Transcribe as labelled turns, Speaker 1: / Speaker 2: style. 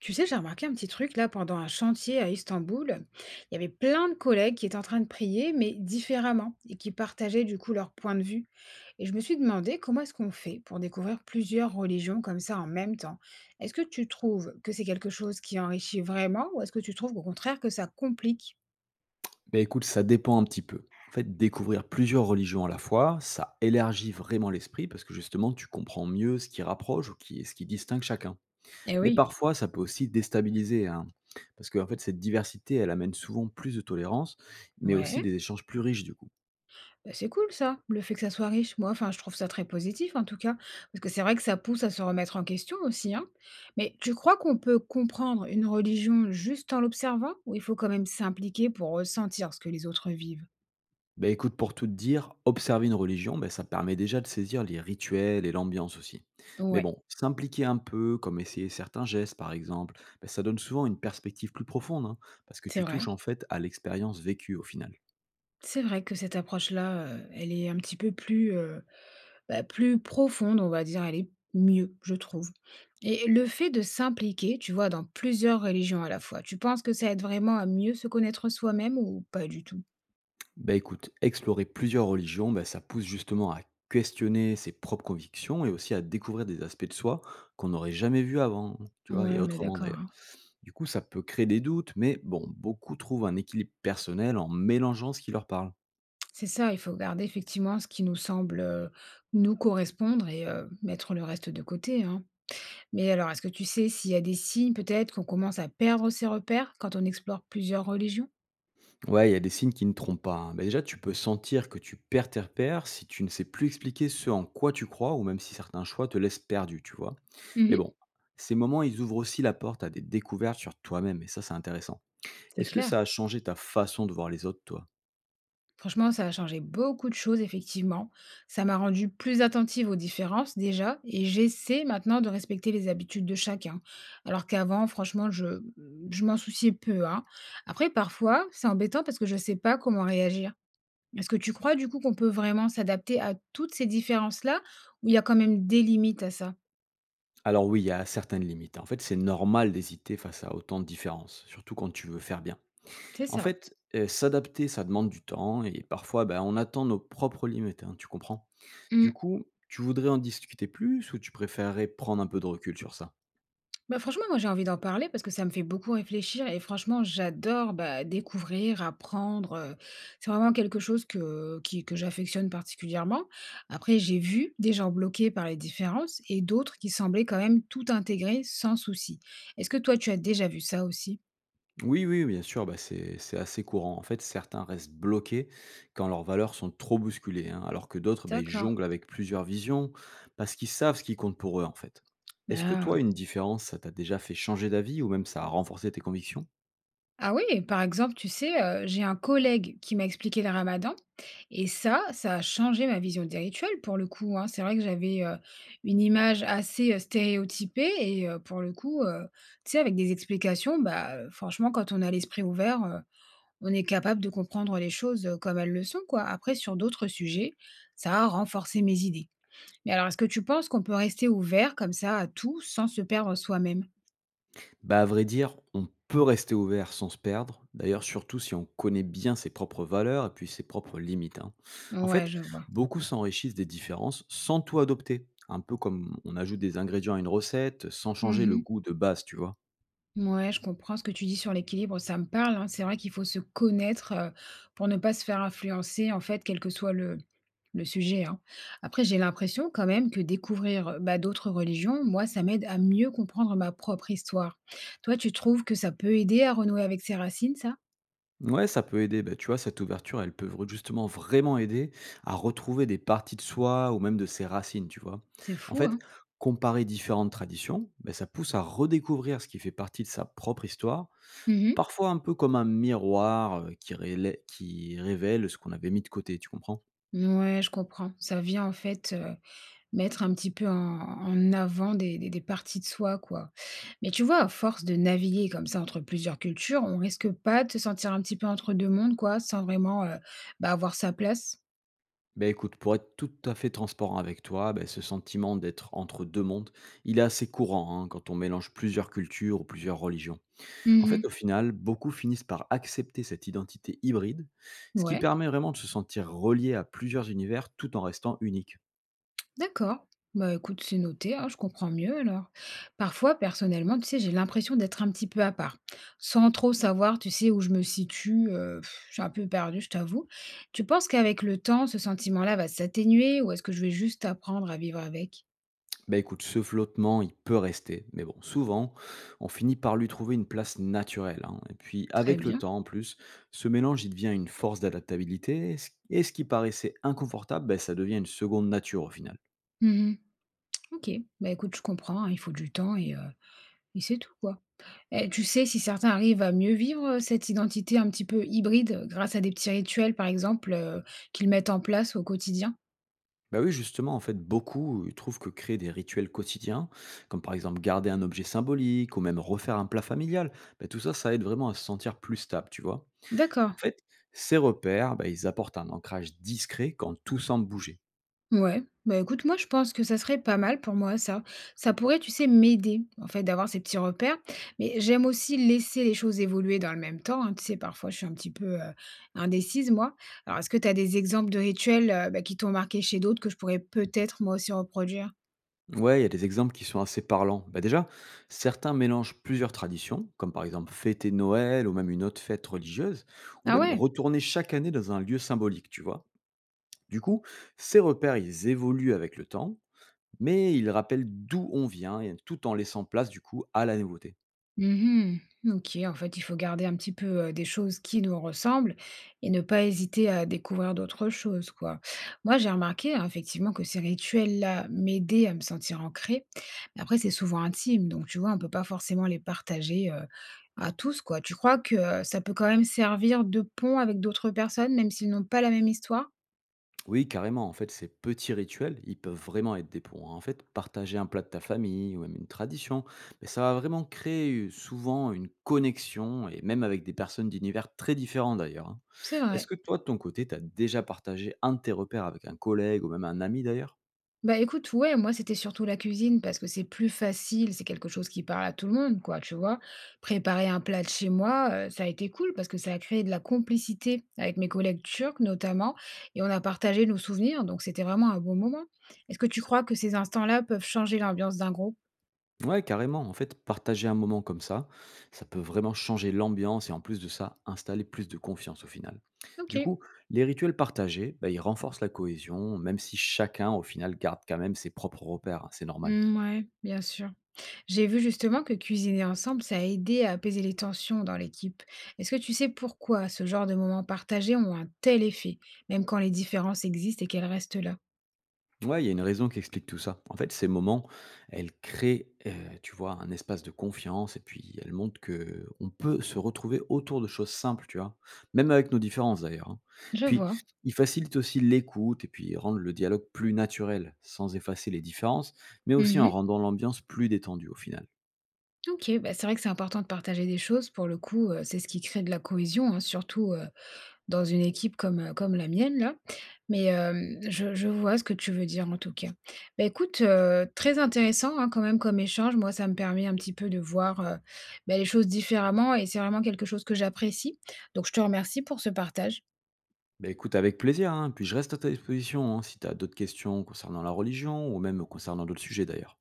Speaker 1: Tu sais, j'ai remarqué un petit truc là pendant un chantier à Istanbul. Il y avait plein de collègues qui étaient en train de prier, mais différemment, et qui partageaient du coup leur point de vue. Et je me suis demandé comment est-ce qu'on fait pour découvrir plusieurs religions comme ça en même temps. Est-ce que tu trouves que c'est quelque chose qui enrichit vraiment, ou est-ce que tu trouves au contraire que ça complique?
Speaker 2: Ben écoute, ça dépend un petit peu. En fait, découvrir plusieurs religions à la fois, ça élargit vraiment l'esprit parce que justement, tu comprends mieux ce qui rapproche ce qui distingue chacun.
Speaker 1: Eh
Speaker 2: Mais
Speaker 1: oui,
Speaker 2: parfois, ça peut aussi déstabiliser, hein, parce que en fait, cette diversité, elle amène souvent plus de tolérance, mais aussi
Speaker 1: ouais.
Speaker 2: des échanges plus riches du coup.
Speaker 1: Bah, c'est cool ça, le fait que ça soit riche. Moi, enfin, je trouve ça très positif en tout cas, parce que c'est vrai que ça pousse à se remettre en question aussi, hein. Mais tu crois qu'on peut comprendre une religion juste en l'observant, ou il faut quand même s'impliquer pour ressentir ce que les autres vivent?
Speaker 2: Bah, écoute, pour tout te dire, observer une religion, bah, ça permet déjà de saisir les rituels et l'ambiance aussi. Mais
Speaker 1: Ouais,
Speaker 2: bon, s'impliquer un peu, comme essayer certains gestes par exemple, bah, ça donne souvent une perspective plus profonde, hein, parce que
Speaker 1: c'est
Speaker 2: tu touches
Speaker 1: vrai.
Speaker 2: en fait à l'expérience vécue au final.
Speaker 1: C'est vrai que cette approche-là, elle est un petit peu plus, bah, plus profonde, on va dire. Elle est mieux, je trouve. Et le fait de s'impliquer, tu vois, dans plusieurs religions à la fois, tu penses que ça aide vraiment à mieux se connaître soi-même ou pas du tout?
Speaker 2: Bah écoute, explorer plusieurs religions, bah, ça pousse justement à questionner ses propres convictions et aussi à découvrir des aspects de soi qu'on n'aurait jamais vus avant, tu vois,
Speaker 1: Ouais,
Speaker 2: et
Speaker 1: on est
Speaker 2: autrement
Speaker 1: d'accord,
Speaker 2: d'ailleurs.
Speaker 1: hein.
Speaker 2: Du coup, ça peut créer des doutes, mais bon, beaucoup trouvent un équilibre personnel en mélangeant ce qui leur parle.
Speaker 1: C'est ça, il faut garder effectivement ce qui nous semble, nous correspondre et mettre le reste de côté, hein. Mais alors, est-ce que tu sais s'il y a des signes peut-être qu'on commence à perdre ses repères quand on explore plusieurs religions?
Speaker 2: Ouais, il y a des signes qui ne trompent pas, hein. Bah, déjà, tu peux sentir que tu perds tes repères si tu ne sais plus expliquer ce en quoi tu crois ou même si certains choix te laissent perdu, tu vois. Mais
Speaker 1: Mmh.
Speaker 2: bon, ces moments, ils ouvrent aussi la porte à des découvertes sur toi-même et ça, c'est intéressant.
Speaker 1: C'est
Speaker 2: Est-ce que
Speaker 1: clair.
Speaker 2: ça a changé ta façon de voir les autres, toi?
Speaker 1: Franchement, ça a changé beaucoup de choses effectivement. Ça m'a rendue plus attentive aux différences déjà et j'essaie maintenant de respecter les habitudes de chacun. Alors qu'avant, franchement, je m'en souciais peu, hein. Après parfois, c'est embêtant parce que je ne sais pas comment réagir. Est-ce que tu crois du coup qu'on peut vraiment s'adapter à toutes ces différences-là ou il y a quand même des limites à ça?
Speaker 2: Alors oui, il y a certaines limites, hein. En fait, c'est normal d'hésiter face à autant de différences, surtout quand tu veux faire bien.
Speaker 1: C'est
Speaker 2: En
Speaker 1: ça.
Speaker 2: fait, s'adapter, ça demande du temps et parfois, ben, on attend nos propres limites, hein, tu comprends? Du
Speaker 1: Mmh.
Speaker 2: coup, tu voudrais en discuter plus ou tu préférerais prendre un peu de recul sur ça?
Speaker 1: Bah, franchement, moi j'ai envie d'en parler parce que ça me fait beaucoup réfléchir et franchement, j'adore, bah, découvrir, apprendre, c'est vraiment quelque chose que j'affectionne particulièrement. Après, j'ai vu des gens bloqués par les différences et d'autres qui semblaient quand même tout intégrer sans souci. Est-ce que toi, tu as déjà vu ça aussi?
Speaker 2: Oui, oui, bien sûr, bah, c'est assez courant. En fait, certains restent bloqués quand leurs valeurs sont trop bousculées, hein, alors que d'autres, bah, ils
Speaker 1: D'accord.
Speaker 2: jonglent avec plusieurs visions parce qu'ils savent ce qui compte pour eux, en fait. Est-ce que toi,
Speaker 1: Ah!
Speaker 2: une différence, ça t'a déjà fait changer d'avis ou même ça a renforcé tes convictions?
Speaker 1: Ah oui, par exemple, tu sais, j'ai un collègue qui m'a expliqué le ramadan et ça a changé ma vision des rituels pour le coup, hein. C'est vrai que j'avais, une image assez, stéréotypée et pour le coup, tu sais, avec des explications, bah, franchement, quand on a l'esprit ouvert, on est capable de comprendre les choses, comme elles le sont, quoi. Après sur d'autres sujets, ça a renforcé mes idées. Mais alors, est-ce que tu penses qu'on peut rester ouvert comme ça à tout sans se perdre soi-même?
Speaker 2: Bah, à vrai dire, on peut rester ouvert sans se perdre. D'ailleurs, surtout si on connaît bien ses propres valeurs et puis ses propres limites, hein. En
Speaker 1: Ouais,
Speaker 2: fait,
Speaker 1: je vois.
Speaker 2: beaucoup s'enrichissent des différences sans tout adopter. Un peu comme on ajoute des ingrédients à une recette sans changer le
Speaker 1: Mmh.
Speaker 2: goût de base, tu vois.
Speaker 1: Ouais, je comprends ce que tu dis sur l'équilibre, ça me parle, hein. C'est vrai qu'il faut se connaître, pour ne pas se faire influencer, en fait, quel que soit le sujet, hein. Après, j'ai l'impression quand même que découvrir, bah, d'autres religions, moi, ça m'aide à mieux comprendre ma propre histoire. Toi, tu trouves que ça peut aider à renouer avec ses racines, ça?
Speaker 2: Ouais, ça peut aider. Bah, tu vois, cette ouverture, elle peut justement vraiment aider à retrouver des parties de soi ou même de ses racines, tu vois.
Speaker 1: C'est
Speaker 2: En
Speaker 1: fou,
Speaker 2: fait,
Speaker 1: hein?
Speaker 2: comparer différentes traditions, bah, ça pousse à redécouvrir ce qui fait partie de sa propre histoire.
Speaker 1: Mmh.
Speaker 2: Parfois un peu comme un miroir, qui révèle ce qu'on avait mis de côté, tu comprends?
Speaker 1: Ouais, je comprends. Ça vient, en fait, mettre un petit peu en en avant des parties de soi, quoi. Mais tu vois, à force de naviguer comme ça entre plusieurs cultures, on risque pas de se sentir un petit peu entre deux mondes, quoi, sans vraiment bah, avoir sa place?
Speaker 2: Ben écoute, pour être tout à fait transparent avec toi, beh, ce sentiment d'être entre 2 mondes, il est assez courant, hein, quand on mélange plusieurs cultures ou plusieurs religions. En fait, au
Speaker 1: Mhm.
Speaker 2: final, beaucoup finissent par accepter cette identité hybride, ce qui
Speaker 1: Ouais,
Speaker 2: permet vraiment de se sentir relié à plusieurs univers tout en restant unique.
Speaker 1: d'accord. Bah écoute, c'est noté, hein, je comprends mieux alors. Parfois, personnellement, tu sais, j'ai l'impression d'être un petit peu à part, sans trop savoir, tu sais, où je me situe. Pff, je suis un peu perdue, je t'avoue. Tu penses qu'avec le temps, ce sentiment-là va s'atténuer ou est-ce que je vais juste apprendre à vivre avec?
Speaker 2: Bah écoute, ce flottement, il peut rester, mais bon, souvent, on finit par lui trouver une place naturelle, hein. Et puis,
Speaker 1: Très
Speaker 2: avec le
Speaker 1: bien.
Speaker 2: temps, en plus, ce mélange, il devient une force d'adaptabilité, et ce qui paraissait inconfortable, bah, ça devient une seconde nature au final.
Speaker 1: Mhm. Ok, bah écoute, je comprends, hein, il faut du temps et c'est tout, quoi. Et tu sais si certains arrivent à mieux vivre, cette identité un petit peu hybride grâce à des petits rituels, par exemple, qu'ils mettent en place au quotidien?
Speaker 2: Bah oui, justement, en fait, beaucoup ils trouvent que créer des rituels quotidiens, comme par exemple garder un objet symbolique ou même refaire un plat familial, bah, tout ça, ça aide vraiment à se sentir plus stable, tu vois. En
Speaker 1: D'accord.
Speaker 2: fait, ces repères, bah, ils apportent un ancrage discret quand tout semble bouger.
Speaker 1: Ouais. Bah, écoute, moi, je pense que ça serait pas mal pour moi ça. Ça pourrait, tu sais, m'aider, en fait, d'avoir ces petits repères, mais j'aime aussi laisser les choses évoluer dans le même temps, hein. Tu sais, parfois, je suis un petit peu, indécise, moi. Alors, est-ce que tu as des exemples de rituels, bah, qui t'ont marqué chez d'autres que je pourrais peut-être moi aussi reproduire?
Speaker 2: Ouais, il y a des exemples qui sont assez parlants. Bah déjà, certains mélangent plusieurs traditions, comme par exemple fêter Noël ou même une autre fête religieuse, ou
Speaker 1: Ah
Speaker 2: même
Speaker 1: ouais!
Speaker 2: retourner chaque année dans un lieu symbolique, tu vois. Du coup, ces repères, ils évoluent avec le temps, mais ils rappellent d'où on vient, et tout en laissant place du coup à la nouveauté.
Speaker 1: Mmh. OK, en fait, il faut garder un petit peu, des choses qui nous ressemblent et ne pas hésiter à découvrir d'autres choses, quoi. Moi, j'ai remarqué, hein, effectivement, que ces rituels-là m'aidaient à me sentir ancrée. Mais après, c'est souvent intime, donc tu vois, on peut pas forcément les partager, à tous, quoi. Tu crois que, ça peut quand même servir de pont avec d'autres personnes, même s'ils n'ont pas la même histoire?
Speaker 2: Oui, carrément. En fait, ces petits rituels, ils peuvent vraiment être des ponts, hein. En fait, partager un plat de ta famille ou même une tradition, mais ça va vraiment créer souvent une connexion et même avec des personnes d'univers très différents d'ailleurs, hein.
Speaker 1: C'est
Speaker 2: Est-ce
Speaker 1: vrai.
Speaker 2: que toi, de ton côté, tu as déjà partagé un de tes repères avec un collègue ou même un ami d'ailleurs?
Speaker 1: Bah, écoute, ouais, moi, c'était surtout la cuisine parce que c'est plus facile, c'est quelque chose qui parle à tout le monde, quoi, tu vois? Préparer un plat de chez moi, ça a été cool parce que ça a créé de la complicité avec mes collègues turcs, notamment et on a partagé nos souvenirs, donc c'était vraiment un bon moment. Est-ce que tu crois que ces instants-là peuvent changer l'ambiance d'un groupe?
Speaker 2: Ouais, carrément. En fait, partager un moment comme ça peut vraiment changer l'ambiance et en plus de ça, installer plus de confiance au final. Du
Speaker 1: OK.
Speaker 2: coup, les rituels partagés, bah, ils renforcent la cohésion, même si chacun au final garde quand même ses propres repères, hein, c'est normal.
Speaker 1: Mmh, ouais, bien sûr. J'ai vu justement que cuisiner ensemble, ça a aidé à apaiser les tensions dans l'équipe. Est-ce que tu sais pourquoi ce genre de moments partagés ont un tel effet, même quand les différences existent et qu'elles restent là?
Speaker 2: Ouais, il y a une raison qui explique tout ça. En fait, ces moments, elles créent, tu vois, un espace de confiance et puis elles montrent que on peut se retrouver autour de choses simples, tu vois? Même avec nos différences d'ailleurs, hein.
Speaker 1: Je
Speaker 2: Puis,
Speaker 1: vois.
Speaker 2: ils facilitent aussi l'écoute et puis rendent le dialogue plus naturel, sans effacer les différences, mais aussi en
Speaker 1: Mhm.
Speaker 2: rendant l'ambiance plus détendue au final.
Speaker 1: Ok, bah c'est vrai que c'est important de partager des choses. Pour le coup, c'est ce qui crée de la cohésion, hein, surtout dans une équipe comme, comme la mienne là, mais hem, je vois ce que tu veux dire en tout cas. Bah, écoute, très intéressant, hein, quand même comme échange. Moi, ça me permet un petit peu de voir, bah, les choses différemment et c'est vraiment quelque chose que j'apprécie, donc je te remercie pour ce partage.
Speaker 2: Bah, écoute avec plaisir, hein, puis je reste à ta disposition, hein, si tu as d'autres questions concernant la religion ou même concernant d'autres sujets d'ailleurs.